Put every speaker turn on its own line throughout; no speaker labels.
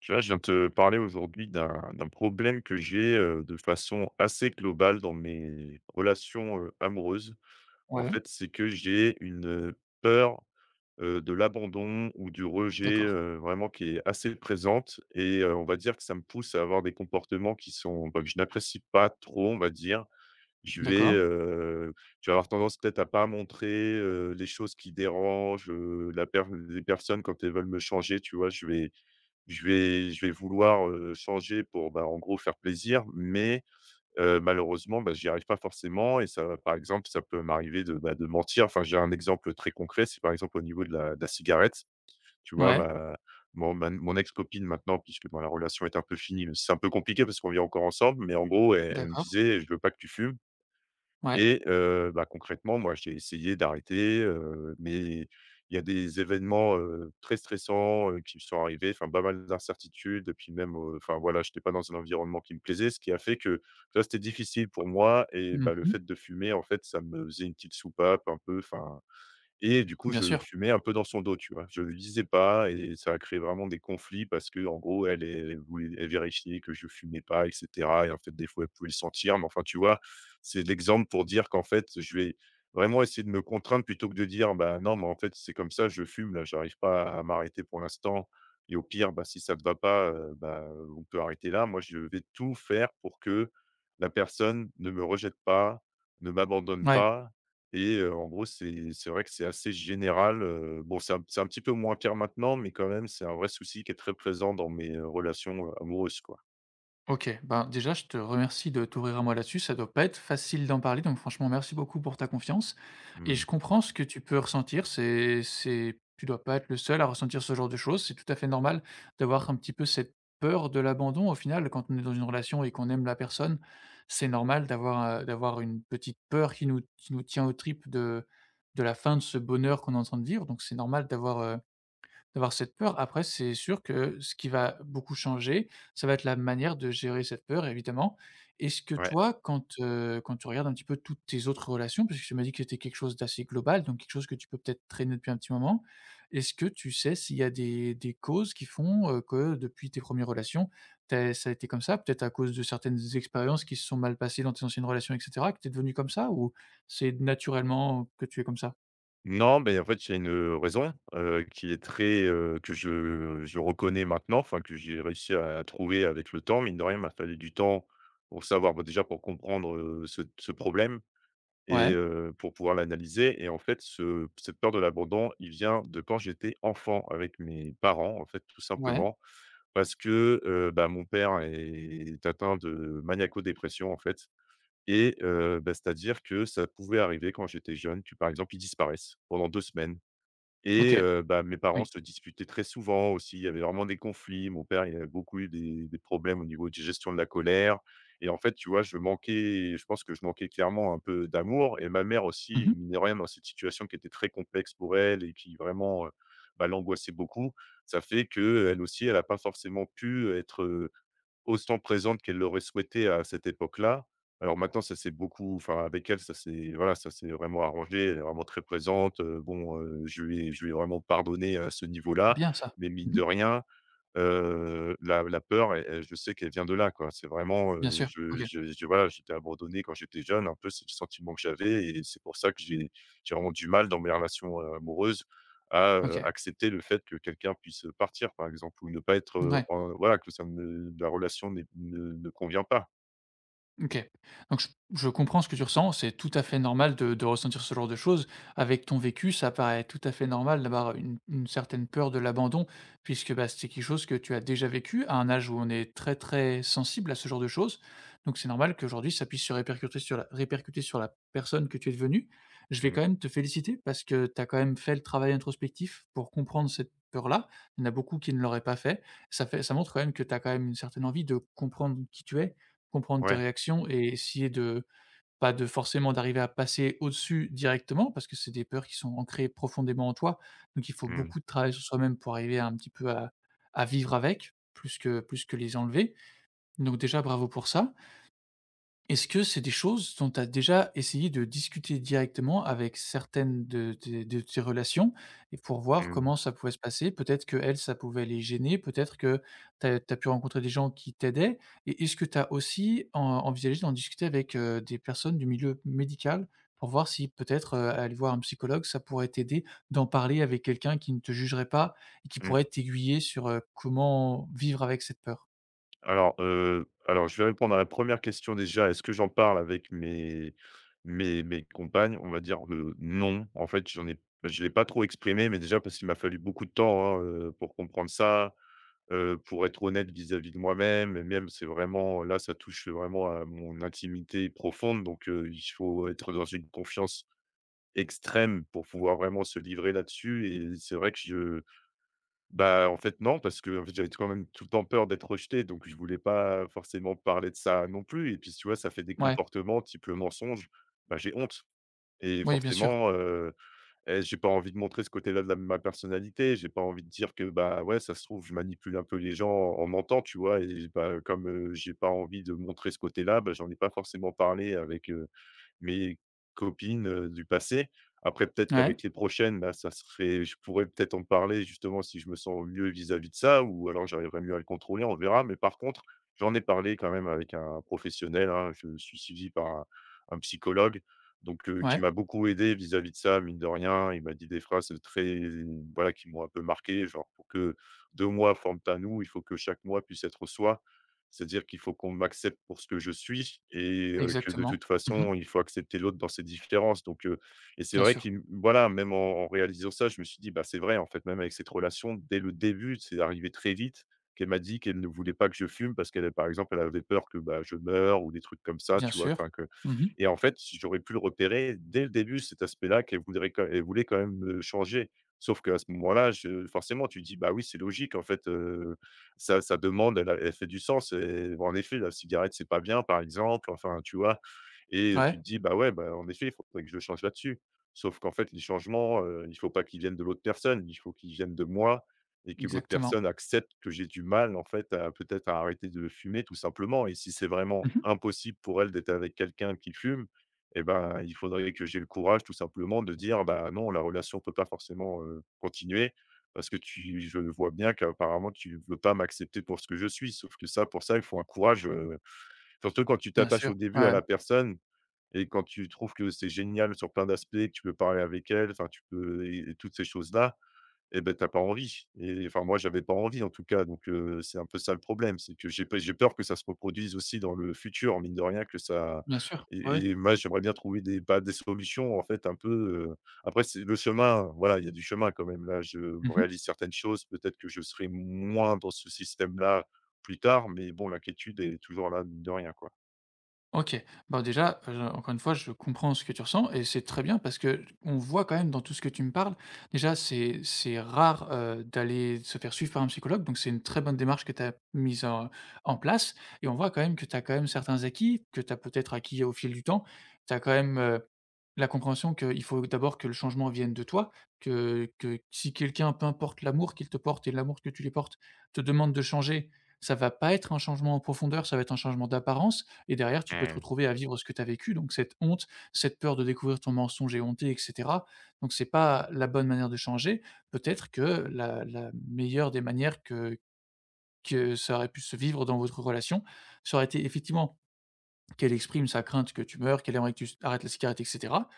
Tu vois, je viens de te parler aujourd'hui d'un problème que j'ai de façon assez globale dans mes relations amoureuses. En
Ouais,
fait, c'est que j'ai une peur de l'abandon ou du rejet
d'accord,
vraiment qui est assez présente. Et on va dire que ça me pousse à avoir des comportements qui sont, bah, que je n'apprécie pas trop, on va dire. Je vais,
d'accord.
euh, tu vas avoir tendance peut-être à pas montrer les choses qui dérangent, les personnes quand elles veulent me changer, tu vois, je vais vouloir, changer pour, bah, en gros faire plaisir, mais, malheureusement, bah, j'y arrive pas forcément et ça par exemple, ça peut m'arriver de, bah, de mentir. Enfin, j'ai un exemple très concret, c'est par exemple au niveau de la cigarette. Tu vois,
Ouais,
ma mon ex-copine maintenant, puisque, bon, la relation est un peu finie, c'est un peu compliqué parce qu'on vit encore ensemble, mais en gros, elle me
d'accord,
disait: «Je veux pas que tu fumes».
ouais.
Et bah, concrètement, moi, j'ai essayé d'arrêter, mais il y a des événements, très stressants, qui me sont arrivés, enfin, pas mal d'incertitudes et puis même, enfin, voilà, je n'étais pas dans un environnement qui me plaisait, ce qui a fait que, ça c'était difficile pour moi et bah, le fait
Mmh.
de fumer, en fait, ça me faisait une petite soupape un peu, enfin et du coup,
Bien
je
sûr.
fumais un peu dans son dos, tu vois? Je le disais pas et ça a créé vraiment des conflits parce que en gros, elle vérifiait que je fumais pas et cetera et en fait, des fois, elle pouvait le sentir mais enfin, tu vois? C'est l'exemple pour dire qu'en fait, je vais vraiment essayer de me contraindre plutôt que de dire: «Bah, non, mais en fait, c'est comme ça, je fume là, j'arrive pas à m'arrêter pour l'instant et au pire, bah, si ça te va pas, bah, on peut arrêter là». Moi, je vais tout faire pour que la personne ne me rejette pas, ne m'abandonne
Ouais,
pas et en gros, c'est vrai que c'est assez général, bon, c'est un petit peu moins pire maintenant, mais quand même, c'est un vrai souci qui est très présent dans mes, relations, amoureuses, quoi.
OK. Ben, déjà, je te remercie de t'ouvrir à moi là-dessus. Ça doit pas être facile d'en parler, donc franchement, merci beaucoup pour ta confiance et
Mmh.
je comprends ce que tu peux ressentir. C'est tu dois pas être le seul à ressentir ce genre de choses. C'est tout à fait normal d'avoir un petit peu cette peur de l'abandon au final, quand on est dans une relation et qu'on aime la personne, c'est normal d'avoir, d'avoir une petite peur qui nous tient aux tripes de la fin de ce bonheur qu'on est en train de vivre, donc c'est normal d'avoir d'avoir cette peur. Après, c'est sûr que ce qui va beaucoup changer, ça va être la manière de gérer cette peur, évidemment. Est-ce que
Ouais.
toi, quand tu regardes un petit peu toutes tes autres relations, parce que tu m'as dit que c'était quelque chose d'assez global, donc quelque chose que tu peux peut-être traîner depuis un petit moment, est-ce que tu sais s'il y a des causes qui font, que depuis tes premières relations, tu ça a été comme ça? Peut-être à cause de certaines expériences qui se sont mal passées dans tes anciennes relations et cetera, que tu es devenue comme ça? Ou c'est naturellement que tu es comme ça?
Non, mais en fait, il y a une raison, qui est très, que je reconnais maintenant, enfin, que j'ai réussi à trouver avec le temps. Mine de rien, il m'a fallu du temps pour savoir, bah, déjà, pour comprendre, ce problème et
Ouais,
pour pouvoir l'analyser et en fait, ce cette peur de l'abandon, il vient de quand j'étais enfant avec mes parents, en fait, tout
ouais,
simplement. Parce que, bah, mon père est atteint de maniaco-dépression, en fait et bah, c'est-à-dire que ça pouvait arriver quand j'étais jeune que, par exemple, il disparaisse pendant 2 semaines. Et
OK,
bah, mes parents
oui.
se disputaient très souvent aussi. Il y avait vraiment des conflits. Mon père, il avait beaucoup eu des problèmes au niveau de gestion de la colère et en fait, tu vois, je pense que je manquais clairement un peu d'amour et ma mère aussi,
Mmh.
mine de rien, dans cette situation qui était très complexe pour elle et qui vraiment, bah, l'angoissait beaucoup. Ça fait que elle aussi, elle n'a pas forcément pu être autant présente qu'elle l'aurait souhaité à cette époque-là. Alors maintenant, ça s'est beaucoup enfin avec elle, ça s'est voilà, ça s'est vraiment arrangé. Elle est vraiment très présente, bon, je lui ai vraiment pardonné à ce
C'est
niveau-là,
bien ça.
mais mine
Mmh.
de rien la peur, elle elle je sais qu'elle vient de là, quoi. C'est vraiment,
Bien sûr. OK,
je voilà, j'étais abandonné quand j'étais jeune, un peu, c'est le sentiment que j'avais et c'est pour ça que j'ai vraiment du mal dans mes relations, amoureuses à,
OK,
accepter le fait que quelqu'un puisse partir, par exemple, ou ne pas être,
ouais.
en voilà, que ça ne la relation n'est ne convient pas.
OK. Donc je comprends ce que tu ressens, c'est tout à fait normal de ressentir ce genre de choses. Avec ton vécu, ça paraît tout à fait normal d'avoir une certaine peur de l'abandon puisque, bah, c'est quelque chose que tu as déjà vécu à un âge où on est très, très sensible à ce genre de choses. Donc c'est normal qu'aujourd'hui ça puisse se répercuter sur la personne que tu es devenue. Je vais
Mmh.
quand même te féliciter parce que tu as quand même fait le travail introspectif pour comprendre cette peur-là. Il y en a beaucoup qui ne l'auraient pas fait. Ça montre quand même que tu as quand même une certaine envie de comprendre qui tu es, comprendre tes
Ouais.
réactions et essayer de pas de forcément d'arriver à passer au-dessus directement, parce que c'est des peurs qui sont ancrées profondément en toi. Donc il faut
Mmh.
beaucoup de travail sur soi-même pour arriver un petit peu à vivre avec, plus que les enlever. Donc déjà bravo pour ça. Est-ce que c'est des choses dont tu as déjà essayé de discuter directement avec certaines de tes relations et pour voir
Mmh.
comment ça pouvait se passer? Peut-être que elles, ça pouvait les gêner, peut-être que tu as pu rencontrer des gens qui t'aidaient, et est-ce que tu as aussi en envisagé d'en discuter avec, des personnes du milieu médical pour voir si peut-être, aller voir un psychologue, ça pourrait t'aider d'en parler avec quelqu'un qui ne te jugerait pas et qui
Mmh.
pourrait t'aiguiller sur, comment vivre avec cette peur?
Alors, Alors je vais répondre à la première question déjà. Est-ce que j'en parle avec mes compagnes? On va dire, non. En fait, j'en ai je ne l'ai pas trop exprimé, mais déjà parce qu'il m'a fallu beaucoup de temps, hein, pour comprendre ça, pour être honnête vis-à-vis de moi-même et même c'est vraiment là, ça touche vraiment à mon intimité profonde, donc il faut être dans une confiance extrême pour pouvoir vraiment se livrer là-dessus et c'est vrai que je bah, en fait, non, parce qu'en fait, j'avais quand même tout le temps peur d'être rejeté, donc je voulais pas forcément parler de ça non plus et puis, tu vois, ça fait des
Ouais,
comportements type le mensonge, bah, j'ai honte et
oui, bien sûr.
forcément, et j'ai pas envie de montrer ce côté-là de la ma personnalité. J'ai pas envie de dire que, bah, ouais, ça se trouve, je manipule un peu les gens en mentant, tu vois? Et bah, comme, j'ai pas envie de montrer ce côté-là, bah, j'en ai pas forcément parlé avec, mes copines, du passé. Après peut-être
Ouais,
qu'avec les prochaines, là, ça serait je pourrais peut-être en parler justement si je me sens mieux vis-à-vis de ça ou alors j'arriverai mieux à le contrôler, on verra. Mais par contre, j'en ai parlé quand même avec un professionnel, hein. Je suis suivi par un psychologue donc qui
ouais.
m'a beaucoup aidé vis-à-vis de ça, mine de rien. Il m'a dit des phrases très voilà, qui m'ont un peu marqué, genre: «Pour que 2 mois forment un nous, il faut que chaque mois puisse être soi». C'est-à-dire qu'il faut qu'on m'accepte pour ce que je suis et que de
Exactement.
toute
Mmh.
façon, il faut accepter l'autre dans ses différences donc et c'est
Bien
vrai
sûr,
qu'il voilà, même en réalisant ça, je me suis dit: «Bah, c'est vrai, en fait», même avec cette relation, dès le début, c'est arrivé très vite qu'elle m'a dit qu'elle ne voulait pas que je fume parce qu'elle, par exemple, elle avait peur que, bah, je meure ou des trucs comme ça,
bien
tu vois?
sûr.
Enfin que
Mmh.
et en fait, j'aurais pu le repérer dès le début, cet aspect-là qu'elle voudrait quand elle voulait quand même me changer. Sauf qu'à ce moment-là, je forcément, tu dis: «Bah oui, c'est logique, en fait, ça ça demande elle a elle fait du sens et bon, en effet, la cigarette, c'est pas bien, par exemple, enfin, tu vois? Et tu te
Ouais,
dis: «Bah, ouais, bah, en effet, il faudrait que je change là-dessus». Sauf qu'en fait, les changements, il faut pas qu'ils viennent de l'autre personne, il faut qu'ils viennent de moi et que l'autre
exactement.
personne accepte que j'ai du mal, en fait, à peut-être à arrêter de fumer, tout simplement. Et si c'est vraiment
Mmh.
impossible pour elle d'être avec quelqu'un qui fume eh ben, il faudrait que j'ai le courage, tout simplement, de dire: «Bah, non, la relation peut pas forcément, continuer parce que tu je vois bien qu'apparemment tu veux pas m'accepter pour ce que je suis». Sauf que ça, pour ça, il faut un courage, surtout quand tu
Bien
t'attaches
sûr.
au début
Ouais,
à
ouais.
la personne, et quand tu trouves que c'est génial sur plein d'aspects, que tu peux parler avec elle, enfin tu peux et toutes ces choses-là et ben t'as pas envie et enfin moi, j'avais pas envie en tout cas donc c'est un peu ça le problème. C'est que j'ai peur que ça se reproduise aussi dans le futur, mine de rien que ça
Bien sûr. Ouais, ouais.
et moi, j'aimerais bien trouver des bah, des solutions en fait un peu, heu, après c'est le chemin, voilà, il y a du chemin quand même là, je
Mmh.
réalise certaines choses. Peut-être que je serai moins dans ce système-là plus tard, mais bon l'inquiétude est toujours là, mine de rien, quoi.
OK. Bah, déjà, encore une fois, je comprends ce que tu ressens et c'est très bien parce que on voit quand même dans tout ce que tu me parles, déjà c'est rare, d'aller se faire suivre par un psychologue, donc c'est une très bonne démarche que tu as mise en en place, et on voit quand même que tu as quand même certains acquis, que tu as peut-être acquis au fil du temps. Tu as quand même, la compréhension qu'il faut d'abord que le changement vienne de toi, que si quelqu'un, peu importe l'amour qu'il te porte et l'amour que tu lui portes, te demande de changer, ça va pas être un changement en profondeur, ça va être un changement d'apparence, et derrière, tu peux te
Mmh.
retrouver à vivre ce que tu as vécu, donc cette honte, cette peur de découvrir ton mensonge et honter, et cetera. Donc c'est pas la bonne manière de changer. Peut-être que la meilleure des manières que ça aurait pu se vivre dans votre relation, ça aurait été effectivement qu'elle exprime sa crainte que tu meurs, qu'elle aimerait que tu arrêtes la cigarette et cetera,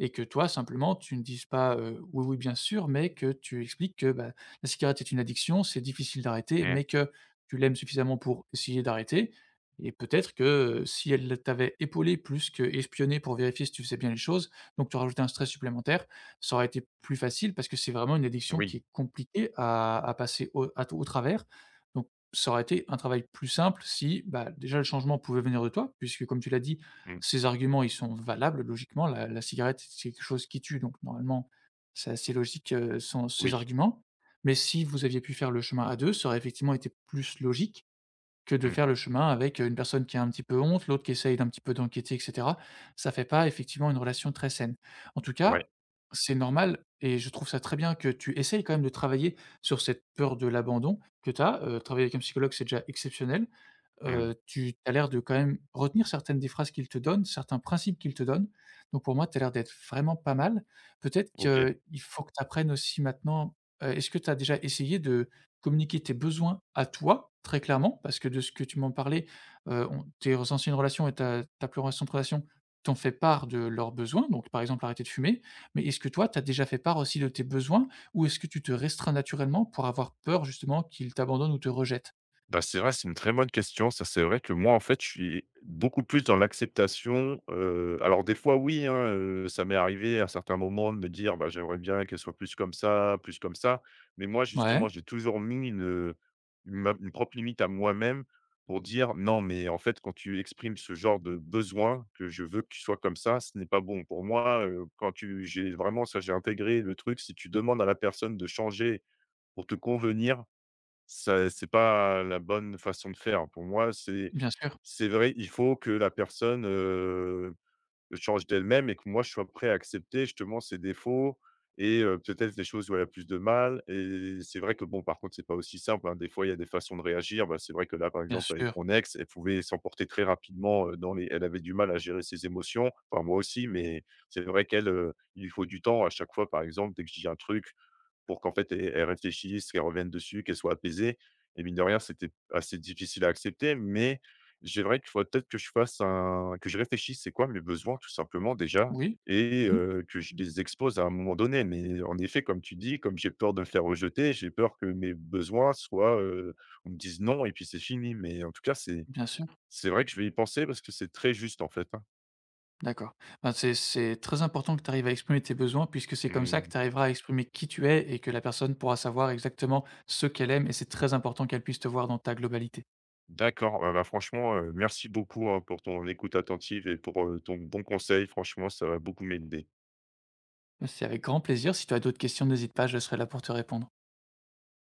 et que toi simplement tu ne dises pas, «Oui, oui, bien sûr», mais que tu expliques que, bah, la cigarette est une addiction, c'est difficile d'arrêter,
Mmh.
mais que tu l'aimes suffisamment pour essayer d'arrêter, et peut-être que, si elle t'avait épaulé plus que espionné pour vérifier si tu faisais bien les choses, donc tu rajoutais un stress supplémentaire, ça aurait été plus facile parce que c'est vraiment une addiction qui
Oui.
est compliquée à passer au à au travers. Donc ça aurait été un travail plus simple si, bah, déjà le changement pouvait venir de toi, puisque comme tu l'as dit,
Mmh.
ces arguments, ils sont valables logiquement. La cigarette, c'est quelque chose qui tue, donc normalement, c'est assez logique, son ces
Oui,
arguments. Mais si vous aviez pu faire le chemin à 2, ça aurait effectivement été plus logique que de
mmh,
faire le chemin avec une personne qui a un petit peu honte, l'autre qui essaye d'un petit peu d'enquêter et cetera. Ça fait pas effectivement une relation très saine. En tout cas,
ouais,
c'est normal et je trouve ça très bien que tu essayes quand même de travailler sur cette peur de l'abandon que tu as. Travailler avec un psychologue, c'est déjà exceptionnel.
mmh,
Tu as l'air de quand même retenir certaines des phrases qu'il te donne, certains principes qu'il te donne. Donc pour moi, tu as l'air d'être vraiment pas mal. Peut-être
OK.
qu'il faut que tu apprennes aussi maintenant, est-ce que tu as déjà essayé de communiquer tes besoins à toi, très clairement? Parce que de ce que tu m'en parlais, on tes anciennes relations et ta plus récente relation t'ont fait part de leurs besoins, donc par exemple arrêter de fumer. Mais est-ce que toi, tu as déjà fait part aussi de tes besoins, ou est-ce que tu te restreins naturellement pour avoir peur justement qu'ils t'abandonnent ou te rejettent?
Bah, c'est vrai, c'est une très bonne question. Ça, c'est vrai que moi, en fait, je suis beaucoup plus dans l'acceptation. Alors des fois, oui, hein, ça m'est arrivé à certains moments de me dire: «Bah, j'aimerais bien qu'elle soit plus comme ça, plus comme ça». Mais moi, justement,
Ouais,
j'ai toujours mis une, ma une propre limite à moi-même pour dire: «Non, mais en fait, quand tu exprimes ce genre de besoin que je veux que tu sois comme ça, ce n'est pas bon pour moi». Quand tu j'ai vraiment ça, j'ai intégré le truc, si tu demandes à la personne de changer pour te convenir, ça c'est pas la bonne façon de faire. Pour moi, c'est
bien sûr.
c'est vrai, il faut que la personne, change d'elle-même et que moi, je sois prêt à accepter justement ses défauts et peut-être les choses où elle a plus de mal et c'est vrai que bon, par contre, c'est pas aussi simple, hein. Des fois, il y a des façons de réagir. Bah, c'est vrai que là, par
Bien
exemple, avec
sûr,
mon ex, elle pouvait s'emporter très rapidement, dans les elle avait du mal à gérer ses émotions, enfin moi aussi, mais c'est vrai qu'elle, il lui faut du temps à chaque fois, par exemple, dès que je dis un truc, pour qu'en fait, e elles réfléchissent, qu'elles reviennent dessus, qu'elles soient apaisées et mine de rien, c'était assez difficile à accepter, mais c'est vrai qu'il faudrait peut-être que je réfléchisse, c'est quoi mes besoins tout simplement déjà
oui.
et
Mmh.
que je les expose à un moment donné, mais en effet, comme tu dis, comme j'ai peur de me faire rejeter, j'ai peur que mes besoins soient, on me dise: «Non» et puis c'est fini, mais en tout cas, c'est
Bien sûr,
c'est vrai que je vais y penser parce que c'est très juste en fait, hein.
d'accord. C'est très important que tu arrives à exprimer tes besoins puisque c'est comme ça que
Mmh.
tu arriveras à exprimer qui tu es et que la personne pourra savoir exactement ce qu'elle aime, et c'est très important qu'elle puisse te voir dans ta globalité.
D'accord, ah bah, franchement, merci beaucoup, hein, pour ton écoute attentive et pour, ton bon conseil. Franchement, ça va beaucoup m'aider.
Bah, c'est avec grand plaisir, si tu as d'autres questions, n'hésite pas, je serai là pour te répondre.